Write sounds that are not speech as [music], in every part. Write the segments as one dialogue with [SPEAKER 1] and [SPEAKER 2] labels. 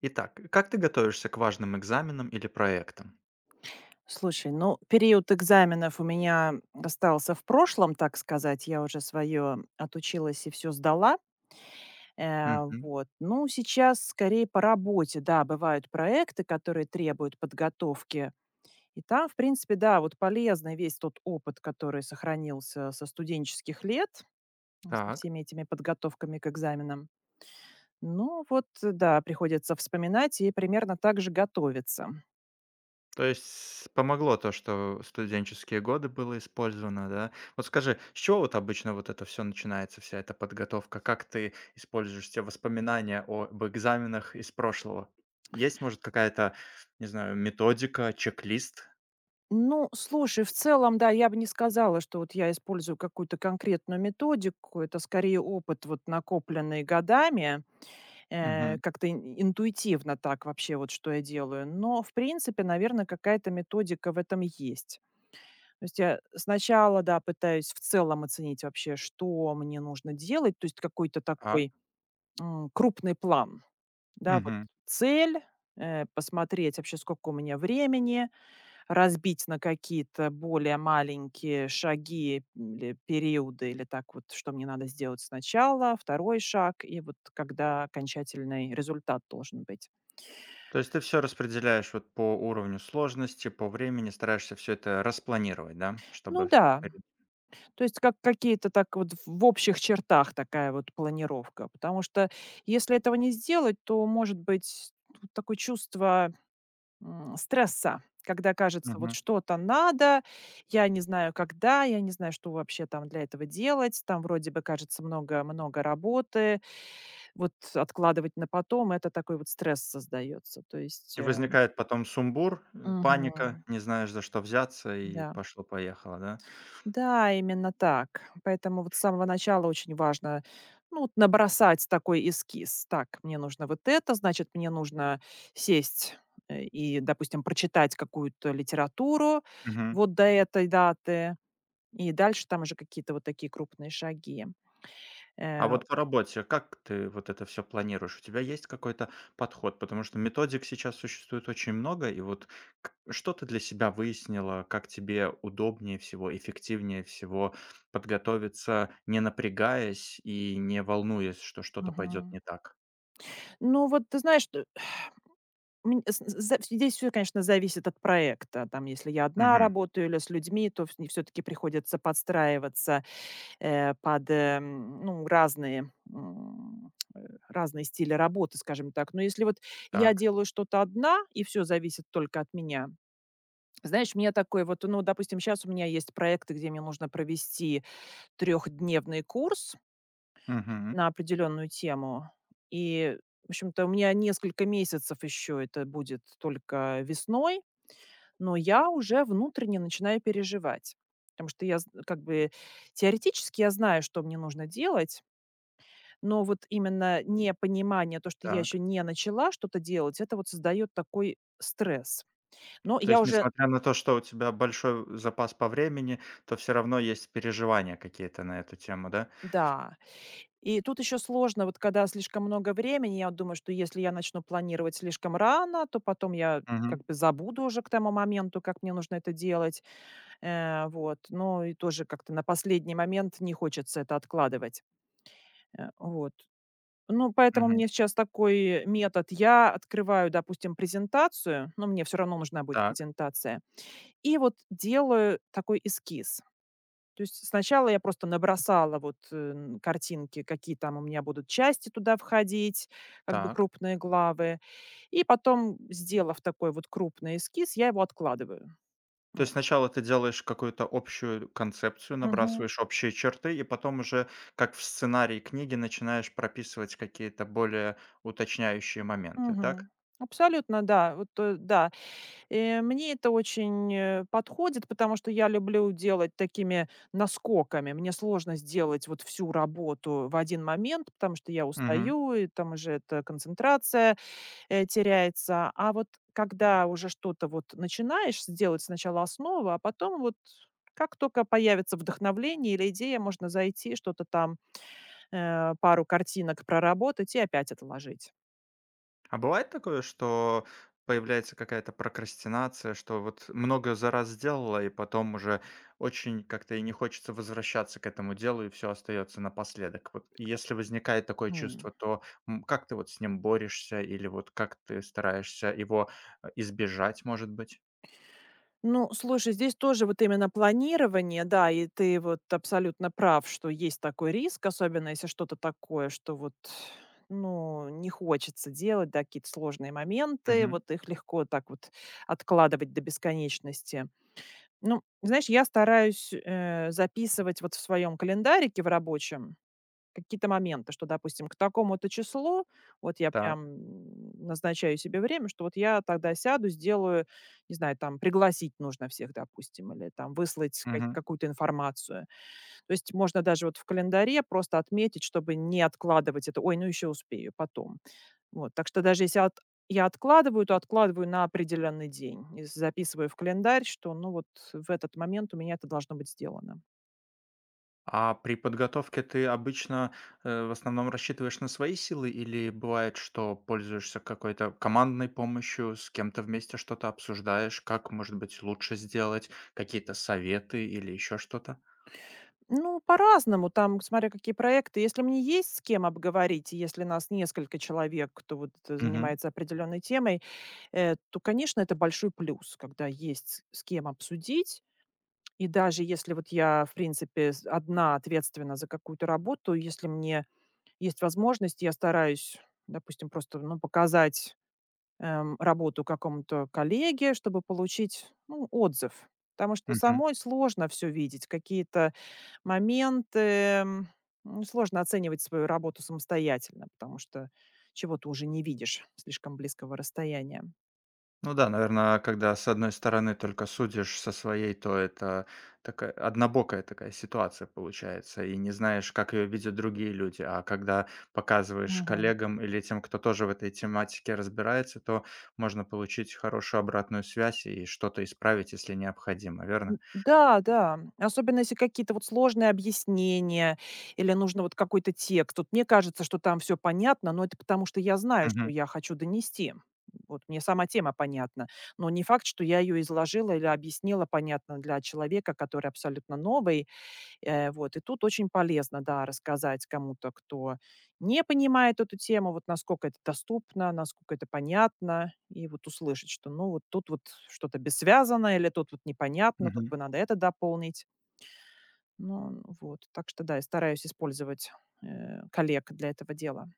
[SPEAKER 1] Итак, как ты готовишься к важным экзаменам или проектам?
[SPEAKER 2] Слушай, ну, период экзаменов у меня остался в прошлом, так сказать. Я уже свое отучилась и все сдала. Э,
[SPEAKER 1] Мгм.
[SPEAKER 2] вот. Ну, сейчас скорее по работе, да, бывают проекты, которые требуют подготовки. И там, в принципе, да, вот полезный весь тот опыт, который сохранился со студенческих лет, ну, со
[SPEAKER 1] Так.
[SPEAKER 2] всеми этими подготовками к экзаменам. Ну, вот, да, приходится вспоминать и примерно так же готовиться.
[SPEAKER 1] То есть с помогло то, что студенческие годы было использовано, да? Вот скажи, с чего вот обычно вот это все начинается, вся эта подготовка? Как ты используешь те воспоминания об экзаменах из прошлого? Есть, может, какая-то, не знаю, методика, чек-лист?
[SPEAKER 2] Ну, слушай, в целом, да, я бы не сказала, что вот я использую какую-то конкретную методику. Это скорее опыт, вот накопленный годами,
[SPEAKER 1] Мгм.
[SPEAKER 2] как-то интуитивно так вообще вот, что я делаю. Но, в принципе, наверное, какая-то методика в этом есть. То есть я сначала, да, пытаюсь в целом оценить вообще, что мне нужно делать, то есть какой-то
[SPEAKER 1] Так.
[SPEAKER 2] такой крупный план, да, вот
[SPEAKER 1] Мгм.
[SPEAKER 2] цель, посмотреть вообще, сколько у меня времени, разбить на какие-то более маленькие шаги или периоды, или так вот, что мне надо сделать сначала, второй шаг, и вот когда окончательный результат должен быть.
[SPEAKER 1] То есть ты все распределяешь вот по уровню сложности, по времени, стараешься все это распланировать, да,
[SPEAKER 2] Ну
[SPEAKER 1] чтобы...
[SPEAKER 2] да, то есть как какие-то так вот в общих чертах такая вот планировка, потому что если этого не сделать, то может быть ну, такое чувство стресса, когда кажется, вот
[SPEAKER 1] Мгм.
[SPEAKER 2] что-то надо, я не знаю когда, я не знаю, что вообще там для этого делать, там вроде бы кажется много-много работы, вот откладывать на потом, это такой вот стресс создается, то есть,
[SPEAKER 1] И
[SPEAKER 2] э,
[SPEAKER 1] возникает потом сумбур,
[SPEAKER 2] мгм,
[SPEAKER 1] паника, не знаешь, за что взяться, и
[SPEAKER 2] да.
[SPEAKER 1] пошло-поехало, да?
[SPEAKER 2] Да, именно так. Поэтому вот с самого начала очень важно, ну, вот набросать такой эскиз. Так, мне нужно вот это, значит, мне нужно сесть и, допустим, прочитать какую-то литературу
[SPEAKER 1] Мгм.
[SPEAKER 2] вот до этой даты, и дальше там уже какие-то вот такие крупные шаги. Э,
[SPEAKER 1] А вот по работе, как ты вот это все планируешь? У тебя есть какой-то подход? Потому что методик сейчас существует очень много, и вот к что ты для себя выяснила, как тебе удобнее всего, эффективнее всего подготовиться, не напрягаясь и не волнуясь, что что-то пойдет
[SPEAKER 2] мгм.
[SPEAKER 1] не так?
[SPEAKER 2] Ну, вот ты знаешь, здесь все, конечно, зависит от проекта. Там, если я одна
[SPEAKER 1] Мгм.
[SPEAKER 2] работаю или с людьми, то все-таки приходится подстраиваться под, ну, разные стили работы, скажем так. Но если вот я
[SPEAKER 1] Так.
[SPEAKER 2] делаю что-то одна, и все зависит только от меня, знаешь, мне такой вот, ну, допустим, сейчас у меня есть проекты, где мне нужно провести трехдневный курс
[SPEAKER 1] Мгм.
[SPEAKER 2] на определенную тему. И, в общем-то, у меня несколько месяцев еще это будет только весной, но я уже внутренне начинаю переживать. Потому что я з как бы теоретически я знаю, что мне нужно делать. Но вот именно непонимание, то, что я еще
[SPEAKER 1] Так.
[SPEAKER 2] не начала что-то делать, это вот создает такой стресс. Но
[SPEAKER 1] То
[SPEAKER 2] я
[SPEAKER 1] есть,
[SPEAKER 2] уже.
[SPEAKER 1] несмотря на то, что у тебя большой запас по времени, то все равно есть переживания какие-то на эту тему, да?
[SPEAKER 2] Да. И тут еще сложно, вот когда слишком много времени, я вот думаю, что если я начну планировать слишком рано, то потом я
[SPEAKER 1] Мгм,
[SPEAKER 2] как бы забуду уже к тому моменту, как мне нужно это делать. Вот. Ну и тоже как-то на последний момент не хочется это откладывать. Вот. Ну, поэтому
[SPEAKER 1] мгм.
[SPEAKER 2] мне сейчас такой метод. Я открываю, допустим, презентацию, но мне все равно нужна будет
[SPEAKER 1] Так,
[SPEAKER 2] презентация. И вот делаю такой эскиз. То есть сначала я просто набросала вот, картинки, какие там у меня будут части туда входить, как бы
[SPEAKER 1] так.
[SPEAKER 2] крупные главы. И потом, сделав такой вот крупный эскиз, я его откладываю.
[SPEAKER 1] То
[SPEAKER 2] Вот.
[SPEAKER 1] есть сначала ты делаешь какую-то общую концепцию,
[SPEAKER 2] Мгм.
[SPEAKER 1] набрасываешь общие черты, и потом уже, как в сценарии книги, начинаешь прописывать какие-то более уточняющие моменты, так?
[SPEAKER 2] Мгм. Абсолютно, да. Вот, да. Мне это очень, подходит, потому что я люблю делать такими наскоками. Мне сложно сделать вот всю работу в один момент, потому что я
[SPEAKER 1] Мгм.
[SPEAKER 2] устаю, и там уже это концентрация теряется. А вот когда уже что-то вот начинаешь делать сначала основу, а потом вот как только появится вдохновление или идея, можно зайти, что-то там, пару картинок проработать и опять отложить.
[SPEAKER 1] А бывает такое, что появляется какая-то прокрастинация, что вот много за раз сделала, и потом уже очень как-то и не хочется возвращаться к этому делу, и все остается напоследок. Вот если возникает такое
[SPEAKER 2] М.
[SPEAKER 1] чувство, то как ты вот с ним борешься, или вот как ты стараешься его избежать, может быть?
[SPEAKER 2] Ну, слушай, здесь тоже вот именно планирование, да, и ты вот абсолютно прав, что есть такой риск, особенно если что-то такое, что вот, ну, не хочется делать, да, какие-то сложные моменты,
[SPEAKER 1] Мгм.
[SPEAKER 2] вот их легко так вот откладывать до бесконечности. Ну, знаешь, я стараюсь, записывать вот в своем календарике в рабочем какие-то моменты, что, допустим, к такому-то числу вот я
[SPEAKER 1] Так.
[SPEAKER 2] прям, назначаю себе время, что вот я тогда сяду, сделаю, не знаю, там пригласить нужно всех, допустим, или там выслать ка какую-то информацию. То есть можно даже вот в календаре просто отметить, чтобы не откладывать это: "Ой, ну еще успею, потом". Вот, так что даже если от я откладываю, то откладываю на определенный день и записываю в календарь, что, ну, вот в этот момент у меня это должно быть сделано.
[SPEAKER 1] А при подготовке ты обычно, в основном рассчитываешь на свои силы или бывает, что пользуешься какой-то командной помощью, с кем-то вместе что-то обсуждаешь, как, может быть, лучше сделать, какие-то советы или еще что-то?
[SPEAKER 2] Ну, по-разному, там, смотря какие проекты. Если мне есть с кем обговорить, и если нас несколько человек, кто вот
[SPEAKER 1] Мгм.
[SPEAKER 2] занимается определенной темой, то, конечно, это большой плюс, когда есть с кем обсудить. И даже если вот я, в принципе, одна ответственна за какую-то работу, если мне есть возможность, я стараюсь, допустим, просто ну, показать работу какому-то коллеге, чтобы получить, ну, отзыв. Потому что самой сложно все видеть, какие-то моменты, м, ну, сложно оценивать свою работу самостоятельно, потому что чего-то уже не видишь слишком близкого расстояния.
[SPEAKER 1] Ну да, наверное, когда с одной стороны только судишь со своей, то это такая однобокая такая ситуация получается, и не знаешь, как ее видят другие люди. А когда показываешь коллегам или тем, кто тоже в этой тематике разбирается, то можно получить хорошую обратную связь и что-то исправить, если необходимо,
[SPEAKER 2] М,
[SPEAKER 1] верно?
[SPEAKER 2] да, да. Особенно если какие-то вот сложные объяснения или нужно вот какой-то текст. Вот мне кажется, что там все понятно, но это потому, что я знаю, что
[SPEAKER 1] Мгм.
[SPEAKER 2] я хочу донести. Вот мне сама тема понятна, но не факт, что я ее изложила или объяснила понятно для человека, который абсолютно новый. Вот, и тут очень полезно, да, рассказать кому-то, кто не понимает эту тему, вот насколько это доступно, насколько это понятно, и вот услышать, что, ну, вот тут вот что-то бессвязано или тут вот непонятно, тут бы
[SPEAKER 1] Мгм.
[SPEAKER 2] надо это дополнить. Ну, вот, так что, да, я стараюсь использовать, коллег для этого дела.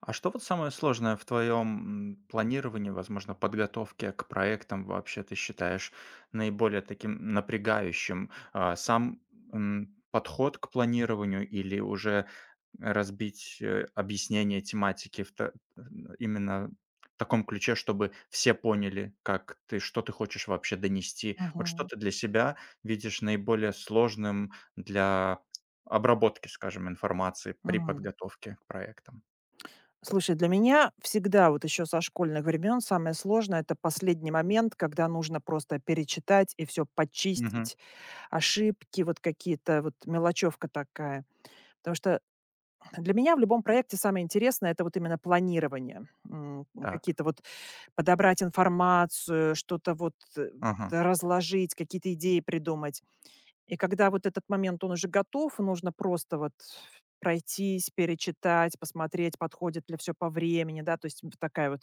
[SPEAKER 1] А что вот самое сложное в твоем планировании, возможно, подготовке к проектам вообще ты считаешь наиболее таким напрягающим? А, сам подход к планированию или уже разбить объяснение тематики именно в таком ключе, чтобы все поняли, как ты, что ты хочешь вообще донести? Вот что
[SPEAKER 2] Мгм.
[SPEAKER 1] ты для себя видишь наиболее сложным для обработки, скажем, информации при
[SPEAKER 2] Мгм.
[SPEAKER 1] подготовке к проектам?
[SPEAKER 2] Слушай, для меня всегда вот еще со школьных времен самое сложное– это последний момент, когда нужно просто перечитать и все почистить, ошибки, вот какие-то, вот мелочевка такая. Потому что для меня в любом проекте самое интересное- это вот именно планирование.
[SPEAKER 1] Так.
[SPEAKER 2] Какие-то вот подобрать информацию, что-то вот,
[SPEAKER 1] Ага.
[SPEAKER 2] да, разложить, какие-то идеи придумать. И когда вот этот момент, он уже готов, нужно просто вот пройтись, перечитать, посмотреть, подходит ли все по времени, да, то есть вот такая вот,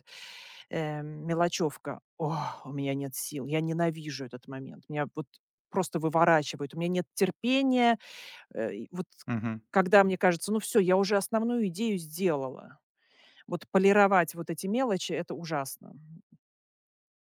[SPEAKER 2] мелочевка. О у меня нет сил, я ненавижу этот момент. Меня вот просто выворачивает. У меня нет терпения. И вот
[SPEAKER 1] Мгм.
[SPEAKER 2] когда мне кажется, ну все, я уже основную идею сделала. Вот полировать вот эти мелочи- это ужасно.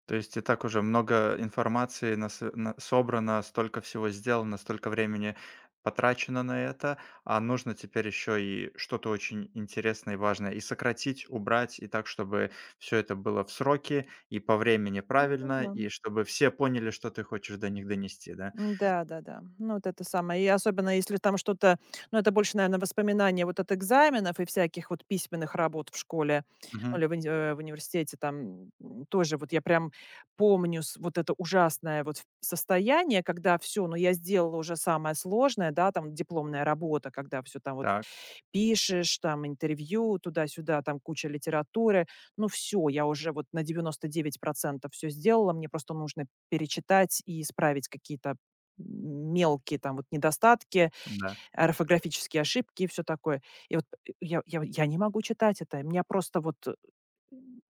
[SPEAKER 1] То есть и так уже много информации нас на собрано, столько всего сделано, столько времени потрачено на это, а нужно теперь еще и что-то очень интересное и важное и сократить, убрать, и так, чтобы все это было в сроки и по времени
[SPEAKER 2] Ну
[SPEAKER 1] правильно,
[SPEAKER 2] да.
[SPEAKER 1] и чтобы все поняли, что ты хочешь до них донести, да?
[SPEAKER 2] М-да, да-да. Ну, вот это самое. И особенно если там что-то, ну, это больше, наверное, воспоминания вот от экзаменов и всяких вот письменных работ в школе, ну, или
[SPEAKER 1] Мгм.
[SPEAKER 2] в в университете там, тоже вот я прям помню с вот это ужасное вот состояние, когда все, ну, я сделала уже самое сложное, да, там дипломная работа, когда все там вот
[SPEAKER 1] Так,
[SPEAKER 2] пишешь, там интервью, туда-сюда, там куча литературы. Ну все я уже вот на 99% все сделала. Мне просто нужно перечитать и исправить какие-то мелкие там вот недостатки,
[SPEAKER 1] да.
[SPEAKER 2] орфографические ошибки и все такое. И вот я не могу читать это. Меня просто вот,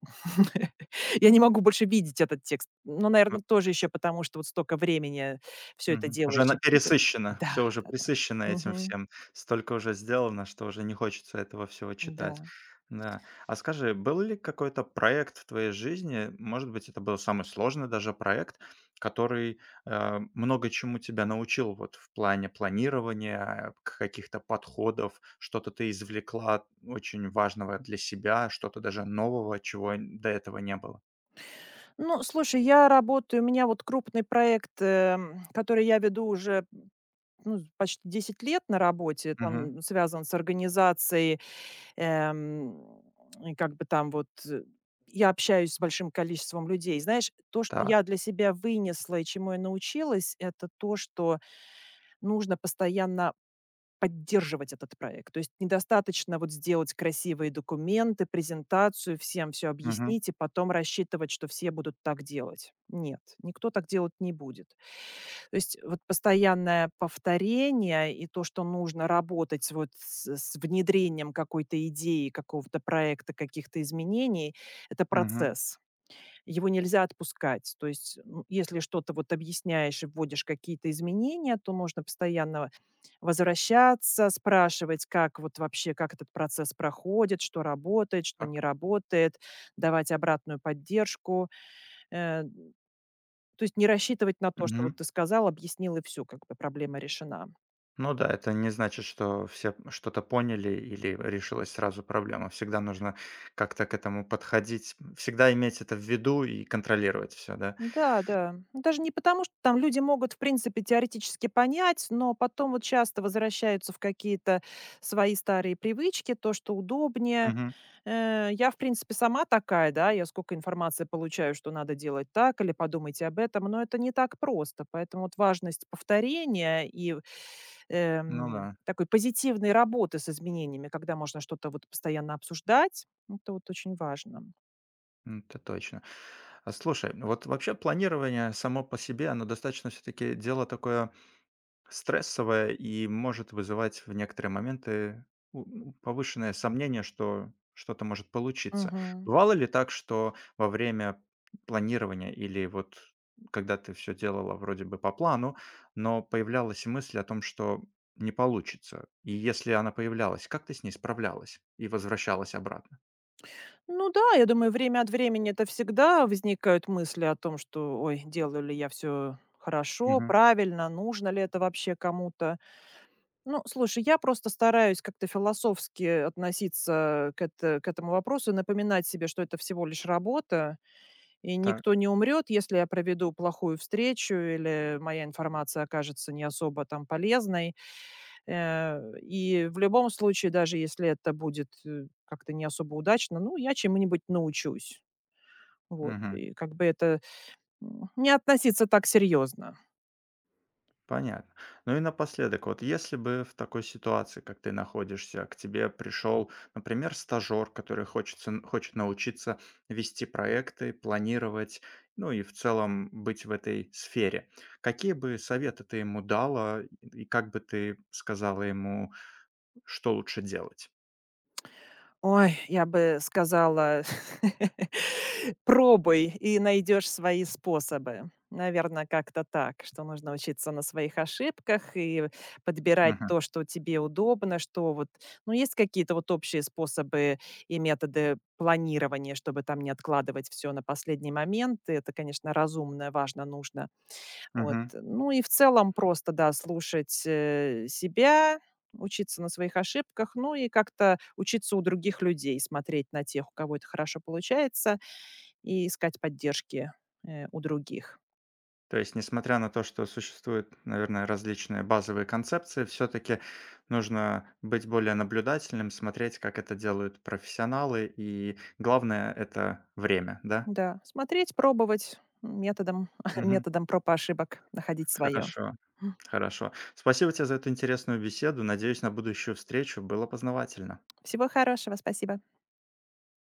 [SPEAKER 2] [laughs] я не могу больше видеть этот текст. Ну,
[SPEAKER 1] В...
[SPEAKER 2] наверное тоже еще потому, что вот столько времени все это
[SPEAKER 1] Мгм. Уже
[SPEAKER 2] делаешь
[SPEAKER 1] она
[SPEAKER 2] и пишешь.
[SPEAKER 1] пересыщена,
[SPEAKER 2] Да,
[SPEAKER 1] все уже
[SPEAKER 2] да-да.
[SPEAKER 1] пресыщено этим
[SPEAKER 2] Мгм.
[SPEAKER 1] всем. Столько уже сделано, что уже не хочется этого всего читать.
[SPEAKER 2] Да.
[SPEAKER 1] Да. А скажи, был ли какой-то проект в твоей жизни, может быть, это был самый сложный даже проект, который, много чему тебя научил вот в плане планирования, к каких-то подходов? Что-то ты извлекла очень важного для себя, что-то даже нового, чего до этого не было?
[SPEAKER 2] Ну, слушай, я работаю, у меня вот крупный проект, который я веду уже, ну, почти 10 лет на работе,
[SPEAKER 1] Мгм.
[SPEAKER 2] там связан с организацией, эм, и как бы там вот, я общаюсь с большим количеством людей. Знаешь, то, что я
[SPEAKER 1] Так.
[SPEAKER 2] для себя вынесла и чему я научилась- это то, что нужно постоянно поддерживать этот проект. То есть недостаточно вот сделать красивые документы, презентацию, всем все
[SPEAKER 1] Мгм.
[SPEAKER 2] объяснить и потом рассчитывать, что все будут так делать. Нет, никто так делать не будет. То есть вот постоянное повторение и то, что нужно работать вот с внедрением какой-то идеи, какого-то проекта, каких-то изменений- это
[SPEAKER 1] Мгм.
[SPEAKER 2] процесс. Его нельзя отпускать. То есть, если что-то вот объясняешь и вводишь какие-то изменения, то нужно постоянно возвращаться, спрашивать, как вот вообще, как этот процесс проходит, что работает, что
[SPEAKER 1] Так.
[SPEAKER 2] не работает, давать обратную поддержку. Э, то есть не рассчитывать на то, что вот
[SPEAKER 1] Мгм.
[SPEAKER 2] ты сказал, объяснил, и все, как бы проблема решена.
[SPEAKER 1] Ну да, это не значит, что все что-то поняли или решилась сразу проблема. Всегда нужно как-то к этому подходить, всегда иметь это в виду и контролировать все, да?
[SPEAKER 2] Да, да. Ну, даже не потому, что там люди могут, в принципе, теоретически понять, но потом вот часто возвращаются в какие-то свои старые привычки, то, что удобнее,
[SPEAKER 1] Мгм.
[SPEAKER 2] Э, я, в принципе, сама такая, да, я сколько информации получаю, что надо делать так или подумайте об этом, но это не так просто. Поэтому вот важность повторения и,
[SPEAKER 1] Ну да,
[SPEAKER 2] такой позитивной работы с изменениями, когда можно что-то вот постоянно обсуждать, это вот очень важно.
[SPEAKER 1] это точно. А слушай, вот вообще планирование само по себе, оно достаточно все-таки дело такое стрессовая и может вызывать в некоторые моменты у ну, повышенное сомнение, что что-то может получиться.
[SPEAKER 2] Мгм.
[SPEAKER 1] Бывало ли так, что во время планирования или вот когда ты все делала вроде бы по плану, но появлялась мысль о том, что не получится? И если она появлялась, как ты с ней справлялась и возвращалась обратно?
[SPEAKER 2] Ну да, я думаю, время от времени это всегда возникают мысли о том, что, ой, делаю ли я все хорошо,
[SPEAKER 1] Мгм.
[SPEAKER 2] правильно, нужно ли это вообще кому-то. Ну, слушай, я просто стараюсь как-то философски относиться к этому вопросу, напоминать себе, что это всего лишь работа, и
[SPEAKER 1] Так.
[SPEAKER 2] никто не умрет, если я проведу плохую встречу или моя информация окажется не особо там полезной. И в любом случае, даже если это будет как-то не особо удачно, ну, я чему-нибудь научусь. Вот.
[SPEAKER 1] Мгм.
[SPEAKER 2] И как бы это не относиться так серьезно.
[SPEAKER 1] Понятно. Ну и напоследок, вот если бы в такой ситуации, как ты находишься, к тебе пришел, например, стажер, который хочет научиться вести проекты, планировать, ну и в целом быть в этой сфере, какие бы советы ты ему дала и как бы ты сказала ему, что лучше делать?
[SPEAKER 2] Ой, я бы сказала, [laughs] пробуй и найдешь свои способы. Наверное, как-то так, что нужно учиться на своих ошибках и подбирать
[SPEAKER 1] Мгм.
[SPEAKER 2] то, что тебе удобно, что вот, ну, есть какие-то вот общие способы и методы планирования, чтобы там не откладывать все на последний момент. И это, конечно, разумно, важно, нужно. Вот.
[SPEAKER 1] Мгм.
[SPEAKER 2] Ну и в целом просто, да, слушать, себя, учиться на своих ошибках, ну и как-то учиться у других людей, смотреть на тех, у кого это хорошо получается, и искать поддержки, у других.
[SPEAKER 1] То есть, несмотря на то, что существуют, наверное, различные базовые концепции, все-таки нужно быть более наблюдательным, смотреть, как это делают профессионалы, и главное это время, да?
[SPEAKER 2] Да, смотреть, пробовать методом [laughs]
[SPEAKER 1] Мгм.
[SPEAKER 2] методом проб и ошибок, находить свое.
[SPEAKER 1] Хорошо, хорошо. Спасибо тебе за эту интересную беседу. Надеюсь на будущую встречу. Было познавательно.
[SPEAKER 2] Всего хорошего, спасибо.